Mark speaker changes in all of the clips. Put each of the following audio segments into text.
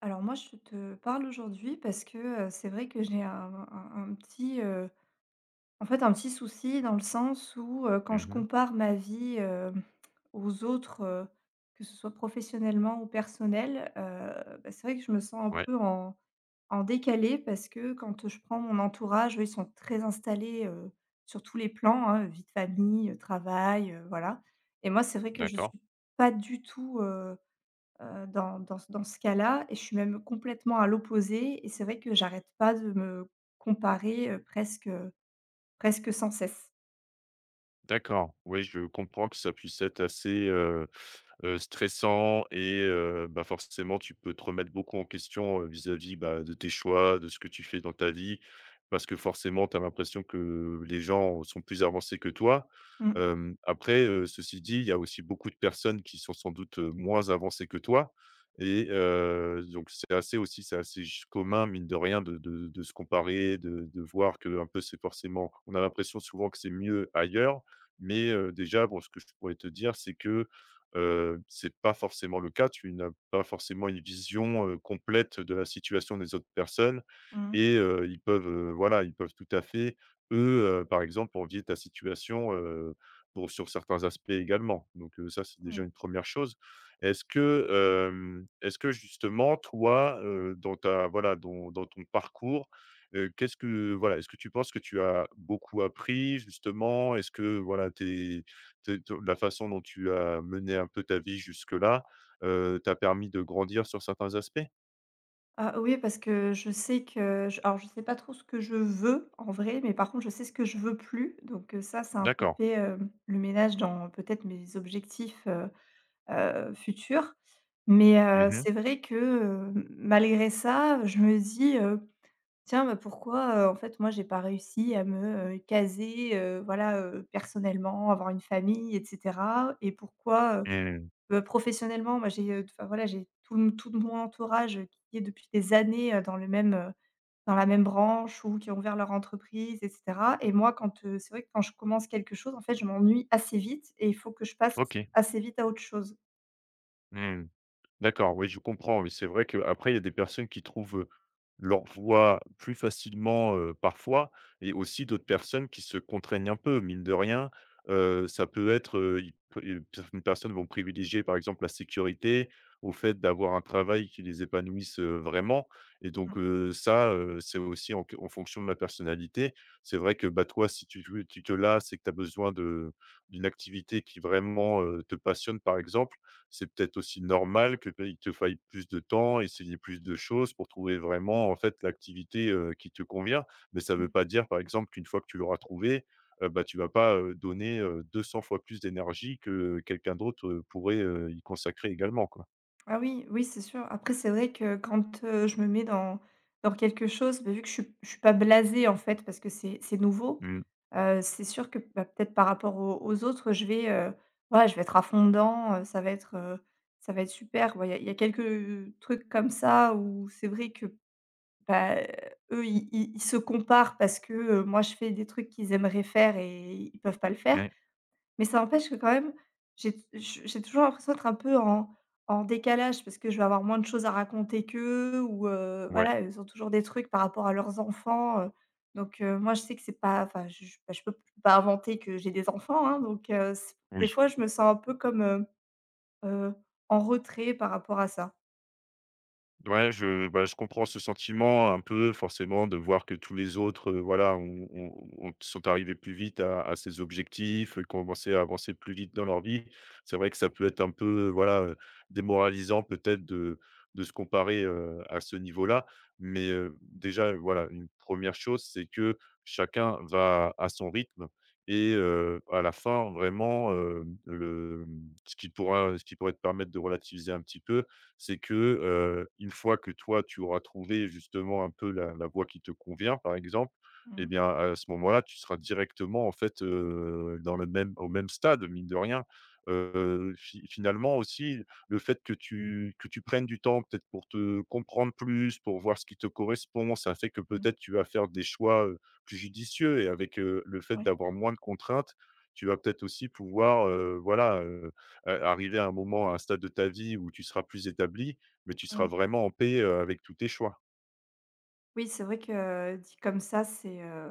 Speaker 1: Alors moi, je te parle aujourd'hui parce que, c'est vrai que j'ai un petit, un petit souci dans le sens où, quand je
Speaker 2: Mhm.
Speaker 1: compare ma vie, aux autres, que ce soit professionnellement ou personnel, c'est vrai que je me sens un
Speaker 2: Ouais,
Speaker 1: peu en décalé parce que quand je prends mon entourage, eux, ils sont très installés, sur tous les plans, hein, vie de famille, travail, voilà et moi, c'est vrai que je
Speaker 2: d'accord.
Speaker 1: suis pas du tout, dans dans ce cas-là et je suis même complètement à l'opposé et c'est vrai que j'arrête pas de me comparer, presque, presque sans cesse.
Speaker 2: D'accord, oui, je comprends que ça puisse être assez, stressant et bah, forcément, tu peux te remettre beaucoup en question, vis-à-vis, bah, de tes choix, de ce que tu fais dans ta vie. Parce que forcément, tu as l'impression que les gens sont plus avancés que toi.
Speaker 1: Mmh,
Speaker 2: Hem, après, ceci dit, il y a aussi beaucoup de personnes qui sont sans doute, moins avancées que toi et donc c'est assez aussi c'est assez ch commun, mine de rien, de se comparer, de voir que un peu c'est forcément on a l'impression souvent que c'est mieux ailleurs mais déjà, bon, ce que je pourrais te dire, c'est que, c'est pas forcément le cas. Tu n'as pas forcément une vision, complète de la situation des autres personnes
Speaker 1: mmh,
Speaker 2: et ils peuvent, voilà, ils peuvent tout à fait, eux, par exemple, envier ta situation, pour sur certains aspects également. Donc ça, c'est déjà
Speaker 1: oui.
Speaker 2: une première chose. Est-ce que, hem, est-ce que justement, toi, dans ta voilà, dans ton parcours, qu'est-ce que voilà, est-ce que tu penses que tu as beaucoup appris justement? Est-ce que voilà, tes tes te la façon dont tu as mené un peu ta vie jusque-là, t'a permis de grandir sur certains aspects?
Speaker 1: Ah oui, parce que je sais pas trop ce que je veux en vrai, mais par contre je sais ce que je veux plus donc ça, ça a un peu
Speaker 2: D'accord.
Speaker 1: fait, le ménage dans peut-être mes objectifs, futurs mais
Speaker 2: Mmh mh.
Speaker 1: c'est vrai que, malgré ça, je me dis, tiens, bah, pourquoi, moi, j'ai pas réussi à me, caser, personnellement, avoir une famille et cetera et pourquoi,
Speaker 2: Mmh.
Speaker 1: professionnellement, moi, j'ai, voilà, j'ai tout mon entourage, qui est depuis des années, dans le même, dans la même branche ou qui ont ouvert leur entreprise et cetera et moi, quand, c'est vrai que quand je commence quelque chose, en fait, je m'ennuie assez vite et il faut que je passe
Speaker 2: OK.
Speaker 1: assez vite à autre chose.
Speaker 2: Mmh. D'accord, oui, je comprends. Oui, c'est vrai qu'après, il y a des personnes qui trouvent leur voie plus facilement parfois, et aussi d'autres personnes qui se contraignent un peu, mine de rien. Ça peut être, certaines personnes vont privilégier par exemple la sécurité au fait d'avoir un travail qui les épanouisse vraiment. Et donc ça, c'est aussi en fonction de la personnalité. C'est vrai que bah, toi, si tu, tu te lasses et que tu as besoin d'une activité qui vraiment te passionne, par exemple, c'est peut-être aussi normal que bah, il te faille plus de temps, essayer plus de choses pour trouver vraiment, en fait, l'activité, qui te convient. Mais ça ne veut pas dire, par exemple, qu'une fois que tu l'auras trouvé, bah, tu vas pas, donner, 200 fois plus d'énergie que quelqu'un d'autre, pourrait, y consacrer également, quoi.
Speaker 1: Ah oui, oui, c'est sûr. Après, c'est vrai que quand, je me mets dans quelque chose, bah, vu que je suis pas blasée, en fait, parce que c'est nouveau,
Speaker 2: Mmh.
Speaker 1: c'est sûr que, bah, peut-être par rapport aux autres, je vais, voilà, je vais être à fond dedans, ça va être super. Bon, il y a quelques trucs comme ça où c'est vrai que, bah, eux, ils se comparent parce que, moi, je fais des trucs qu'ils aimeraient faire et ils peuvent pas le faire.
Speaker 2: Mmh.
Speaker 1: Mais ça empêche que quand même, j'ai j'ai toujours l'impression d'être un peu en décalage parce que je vais avoir moins de choses à raconter qu'eux ou
Speaker 2: Ouais,
Speaker 1: voilà, ils ont toujours des trucs par rapport à leurs enfants, donc moi je sais que c'est pas enfin je bah, je peux pas inventer que j'ai des enfants, hein, donc c des
Speaker 2: oui.
Speaker 1: fois je me sens un peu comme, heu, en retrait par rapport à ça.
Speaker 2: Ouais, je bah, je comprends ce sentiment un peu forcément de voir que tous les autres, voilà, ont sont arrivés plus vite à ces objectifs, ont commencé à avancer plus vite dans leur vie. C'est vrai que ça peut être un peu, voilà, démoralisant peut-être de se comparer, à ce niveau-là. Mais, déjà, voilà, une première chose, c'est que chacun va à son rythme et à la fin, vraiment, ce qui pourra ce qui pourrait te permettre de relativiser un petit peu, c'est que, une fois que toi, tu auras trouvé justement un peu la voie qui te convient, par exemple,
Speaker 1: Mmh
Speaker 2: eh
Speaker 1: mh.
Speaker 2: bien, à ce moment-là, tu seras directement en fait, dans le même au même stade, mine de rien. Fi finalement aussi, le fait que tu prennes du temps peut-être pour te comprendre plus, pour voir ce qui te correspond, ça fait que
Speaker 1: Mmh.
Speaker 2: peut-être tu vas faire des choix, plus judicieux et avec, le fait
Speaker 1: Oui,
Speaker 2: d'avoir moins de contraintes, tu vas peut-être aussi pouvoir, voilà, arriver à un moment, à un stade de ta vie où tu seras plus établi, mais tu seras
Speaker 1: oui.
Speaker 2: vraiment en paix, avec tous tes choix.
Speaker 1: Oui, c'est vrai que, dit comme ça, c'est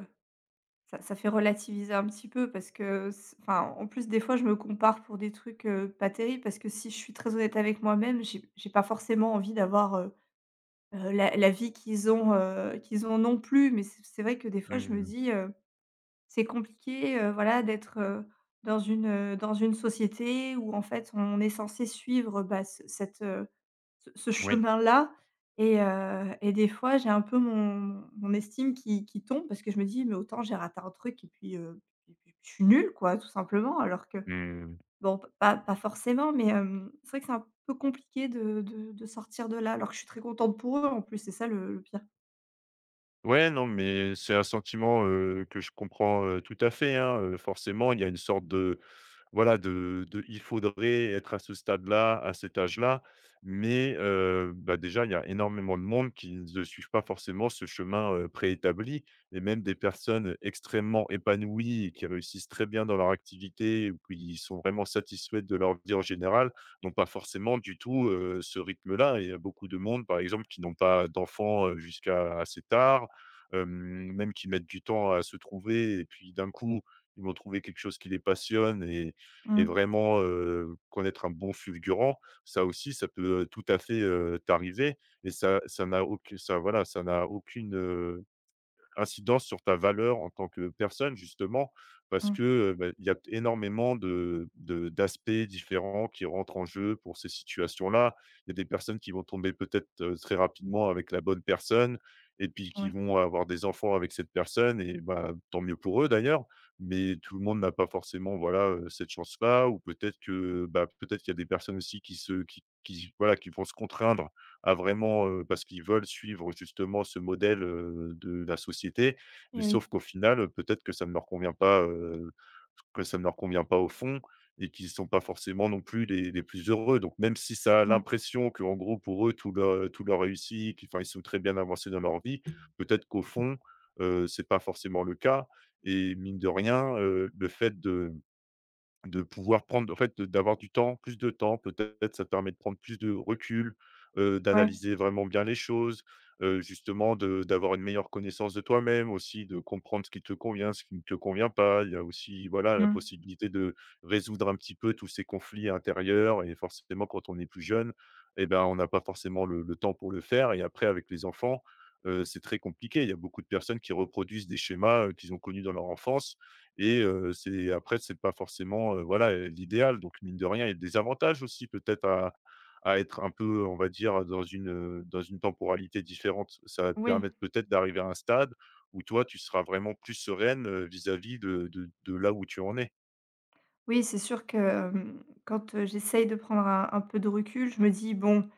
Speaker 1: ça ça fait relativiser un petit peu parce que s enfin, en plus, des fois, je me compare pour des trucs, pas terribles parce que si je suis très honnête avec moi-même, j'ai pas forcément envie d'avoir, la vie qu'ils ont, qu'ils ont non plus. Mais c'est vrai que des fois, je me
Speaker 2: Mmh,
Speaker 1: dis, c'est compliqué, d'être, dans une société où en fait, on est censé suivre, bah, ce ce
Speaker 2: oui,
Speaker 1: chemin-là et des fois, j'ai un peu mon estime qui tombe parce que je me dis: «Mais autant j'ai raté un truc et puis, et puis je suis nulle quoi, tout simplement». Alors que
Speaker 2: mmh.
Speaker 1: bon, p pas pas forcément, mais c'est vrai que c'est un peu compliqué de sortir de là, alors que je suis très contente pour eux en plus, c'est ça le pire.
Speaker 2: Ouais, non, mais c'est un sentiment, que je comprends, tout à fait, hein, forcément, il y a une sorte de voilà, de il faudrait être à ce stade-là, à cet âge-là, mais bah, déjà, il y a énormément de monde qui ne suivent pas forcément ce chemin, préétabli et même des personnes extrêmement épanouies et qui réussissent très bien dans leur activité ou qui sont vraiment satisfaites de leur vie en général, n'ont pas forcément du tout, ce rythme-là et il y a beaucoup de monde, par exemple, qui n'ont pas d'enfants, jusqu'à assez tard, hem, même qui mettent du temps à se trouver et puis d'un coup, ils vont trouver quelque chose qui les passionne et
Speaker 1: Mmh,
Speaker 2: vraiment, connaître un bon fulgurant, ça aussi, ça peut, tout à fait, t'arriver et ça ça n'a aucune, ça voilà, ça n'a aucune, incidence sur ta valeur en tant que personne justement, parce
Speaker 1: mmh,
Speaker 2: que, bah, il y a énormément de d'aspects différents qui rentrent en jeu pour ces situations-là. Il y a des personnes qui vont tomber peut-être, très rapidement avec la bonne personne et puis qui
Speaker 1: ouais
Speaker 2: vont avoir des enfants avec cette personne et bah, tant mieux pour eux d'ailleurs, mais tout le monde n'a pas forcément, voilà, cette chance-là ou peut-être que, bah, peut-être qu'il y a des personnes aussi qui se qui voilà, qui vont se contraindre à vraiment, parce qu'ils veulent suivre justement ce modèle, de la société. Mais
Speaker 1: et oui,
Speaker 2: sauf qu'au final, peut-être que ça ne leur convient pas, que ça ne leur convient pas au fond et qu'ils ne sont pas forcément non plus les plus heureux. Donc même si ça a
Speaker 1: ouais,
Speaker 2: l'impression que en gros pour eux tout leur réussit, qu'ils enfin ils sont très bien avancés dans leur vie, peut-être qu'au fond, c'est pas forcément le cas et mine de rien, le fait de pouvoir prendre en fait, d'avoir du temps, plus de temps peut-être, ça te permet de prendre plus de recul,
Speaker 1: ouais,
Speaker 2: d'analyser vraiment bien les choses, justement de d'avoir une meilleure connaissance de toi-même aussi, de comprendre ce qui te convient, ce qui ne te convient pas. Il y a aussi, voilà, la
Speaker 1: mmh,
Speaker 2: possibilité de résoudre un petit peu tous ces conflits intérieurs et forcément quand on est plus jeune et ben, on n'a pas forcément le temps pour le faire et après avec les enfants, c'est très compliqué. Il y a beaucoup de personnes qui reproduisent des schémas, qu'ils ont connus dans leur enfance et c'est après, c'est pas forcément, voilà, l'idéal. Donc mine de rien, il y a des avantages aussi peut-être à être un peu, on va dire, dans une temporalité différente. Ça va te
Speaker 1: oui.
Speaker 2: permettre peut-être d'arriver à un stade où toi, tu seras vraiment plus sereine, vis-à-vis de là où tu en es.
Speaker 1: Oui, c'est sûr que, quand, j'essaye de prendre un peu de recul, je me dis: «Bon».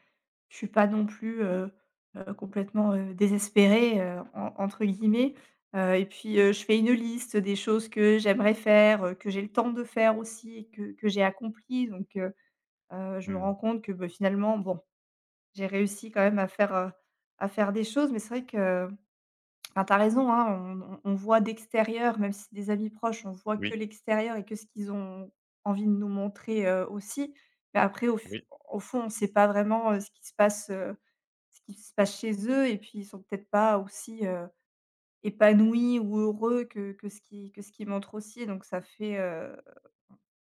Speaker 1: Je suis pas non plus, complètement, «désespérée», en entre guillemets, et puis, je fais une liste des choses que j'aimerais faire, que j'ai le temps de faire aussi et que j'ai accompli donc je me
Speaker 2: Mmh.
Speaker 1: rends compte que, beh, finalement, bon, j'ai réussi quand même à faire, à faire des choses mais c'est vrai que enfin, tu as raison, hein, on voit d'extérieur, même si c'est des amis proches, on voit que
Speaker 2: Oui,
Speaker 1: l'extérieur et que ce qu'ils ont envie de nous montrer, aussi mais après au f
Speaker 2: oui.
Speaker 1: au fond, on ne sait pas vraiment, ce qui se passe chez eux et puis ils sont peut-être pas aussi, épanouis ou heureux que ce qui montre aussi donc ça fait,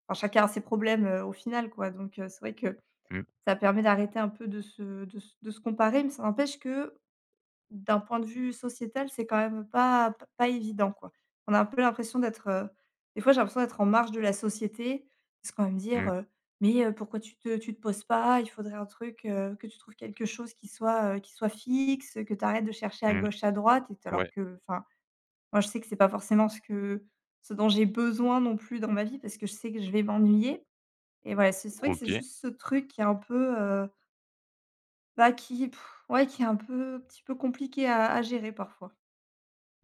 Speaker 1: enfin chacun a ses problèmes, au final quoi donc c'est vrai que
Speaker 2: Mmh,
Speaker 1: ça permet d'arrêter un peu de se comparer mais ça n'empêche que d'un point de vue sociétal, c'est quand même pas évident, quoi. On a un peu l'impression d'être, des fois, j'ai l'impression d'être en marge de la société, parce qu'on va me dire,
Speaker 2: mmh,
Speaker 1: «Mais, pourquoi tu te poses pas? Il faudrait un truc, que tu trouves quelque chose qui soit fixe, que tu arrêtes de chercher à
Speaker 2: mmh.
Speaker 1: gauche, à droite» et alors
Speaker 2: Ouais,
Speaker 1: que, enfin, moi, je sais que c'est pas forcément ce dont j'ai besoin non plus dans ma vie, parce que je sais que je vais m'ennuyer et voilà, c'est vrai que c'est
Speaker 2: OK.
Speaker 1: juste ce truc qui est un peu, qui pff, ouais, qui est un peu petit peu compliqué à gérer parfois.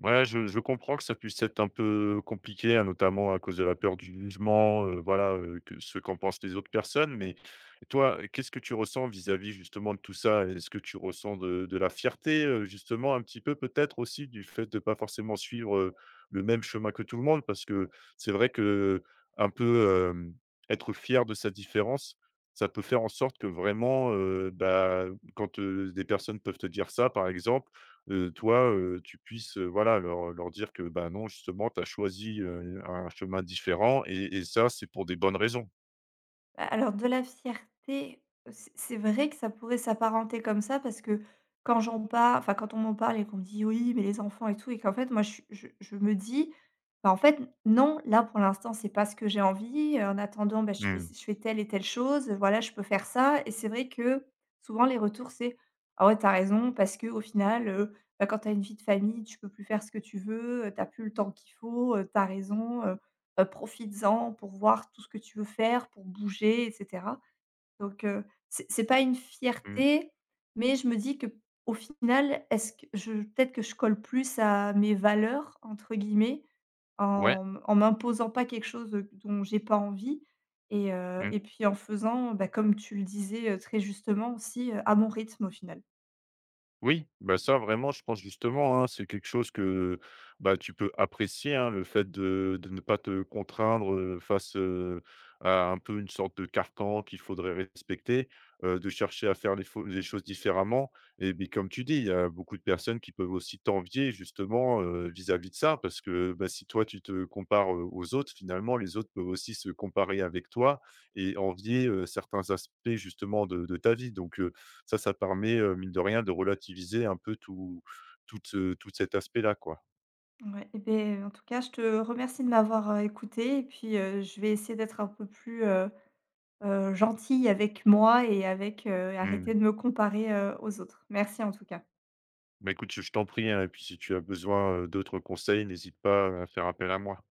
Speaker 2: Ouais, je comprends que ça puisse être un peu compliqué, hein, notamment à cause de la peur du jugement, voilà, que ce qu'en pensent les autres personnes. Mais toi, qu'est-ce que tu ressens vis-à-vis justement de tout ça? Est-ce que tu ressens de la fierté, justement un petit peu peut-être aussi du fait de pas forcément suivre, le même chemin que tout le monde? Parce que c'est vrai que un peu, hem, être fier de sa différence, ça peut faire en sorte que vraiment, bah, quand, des personnes peuvent te dire ça, par exemple, toi, tu puisses, voilà, leur dire que, bah, non, justement, tu as choisi, un chemin différent et ça, c'est pour des bonnes raisons.
Speaker 1: Bah, alors de la fierté, c'est vrai que ça pourrait s'apparenter comme ça parce que quand on m'en parle et qu'on me dit: «Oui, mais les enfants et tout» et qu'en fait moi je suis je me dis: «Bah, en fait non, là pour l'instant c'est pas ce que j'ai envie, en attendant, bah,
Speaker 2: Mmh.
Speaker 1: je fais telle et telle chose, voilà je peux faire ça» et c'est vrai que souvent les retours c'est: «Ah ouais t'as raison» parce que au final, quand t'as une vie de famille, tu peux plus faire ce que tu veux, tu plus le temps qu'il faut, tu raison, profites-en pour voir tout ce que tu veux faire, pour bouger et cetera. Donc c'est pas une
Speaker 2: Mmh.
Speaker 1: fierté, mais je me dis que au final, est-ce que je peut-être que je colle plus à «mes valeurs» entre guillemets,
Speaker 2: Ouais.
Speaker 1: en m'imposant pas quelque chose, dont j'ai pas envie
Speaker 2: Mmh.
Speaker 1: et puis en faisant, bah, comme tu le disais, très justement aussi, à mon rythme au final.
Speaker 2: Oui, bah, ça vraiment, je pense justement, hein, c'est quelque chose que, bah, tu peux apprécier, hein, le fait de ne pas te contraindre, face, à un peu une sorte de carcan qu'il faudrait respecter, de chercher à faire les choses différemment et puis comme tu dis, il y a beaucoup de personnes qui peuvent aussi t'envier justement, vis-à-vis de ça parce que, bah, si toi tu te compares, aux autres, finalement les autres peuvent aussi se comparer avec toi et envier, certains aspects justement de ta vie donc ça, ça permet, mine de rien, de relativiser un peu tout tout cet aspect-là, quoi.
Speaker 1: Ouais et beh, en tout cas, je te remercie de m'avoir, écoutée et puis, je vais essayer d'être un peu plus, gentille avec moi et avec, arrêter
Speaker 2: Mmh.
Speaker 1: de me comparer, aux autres. Merci en tout cas.
Speaker 2: Bah, écoute, je t'en prie, hein et puis si tu as besoin, d'autres conseils, n'hésite pas à faire appel à moi.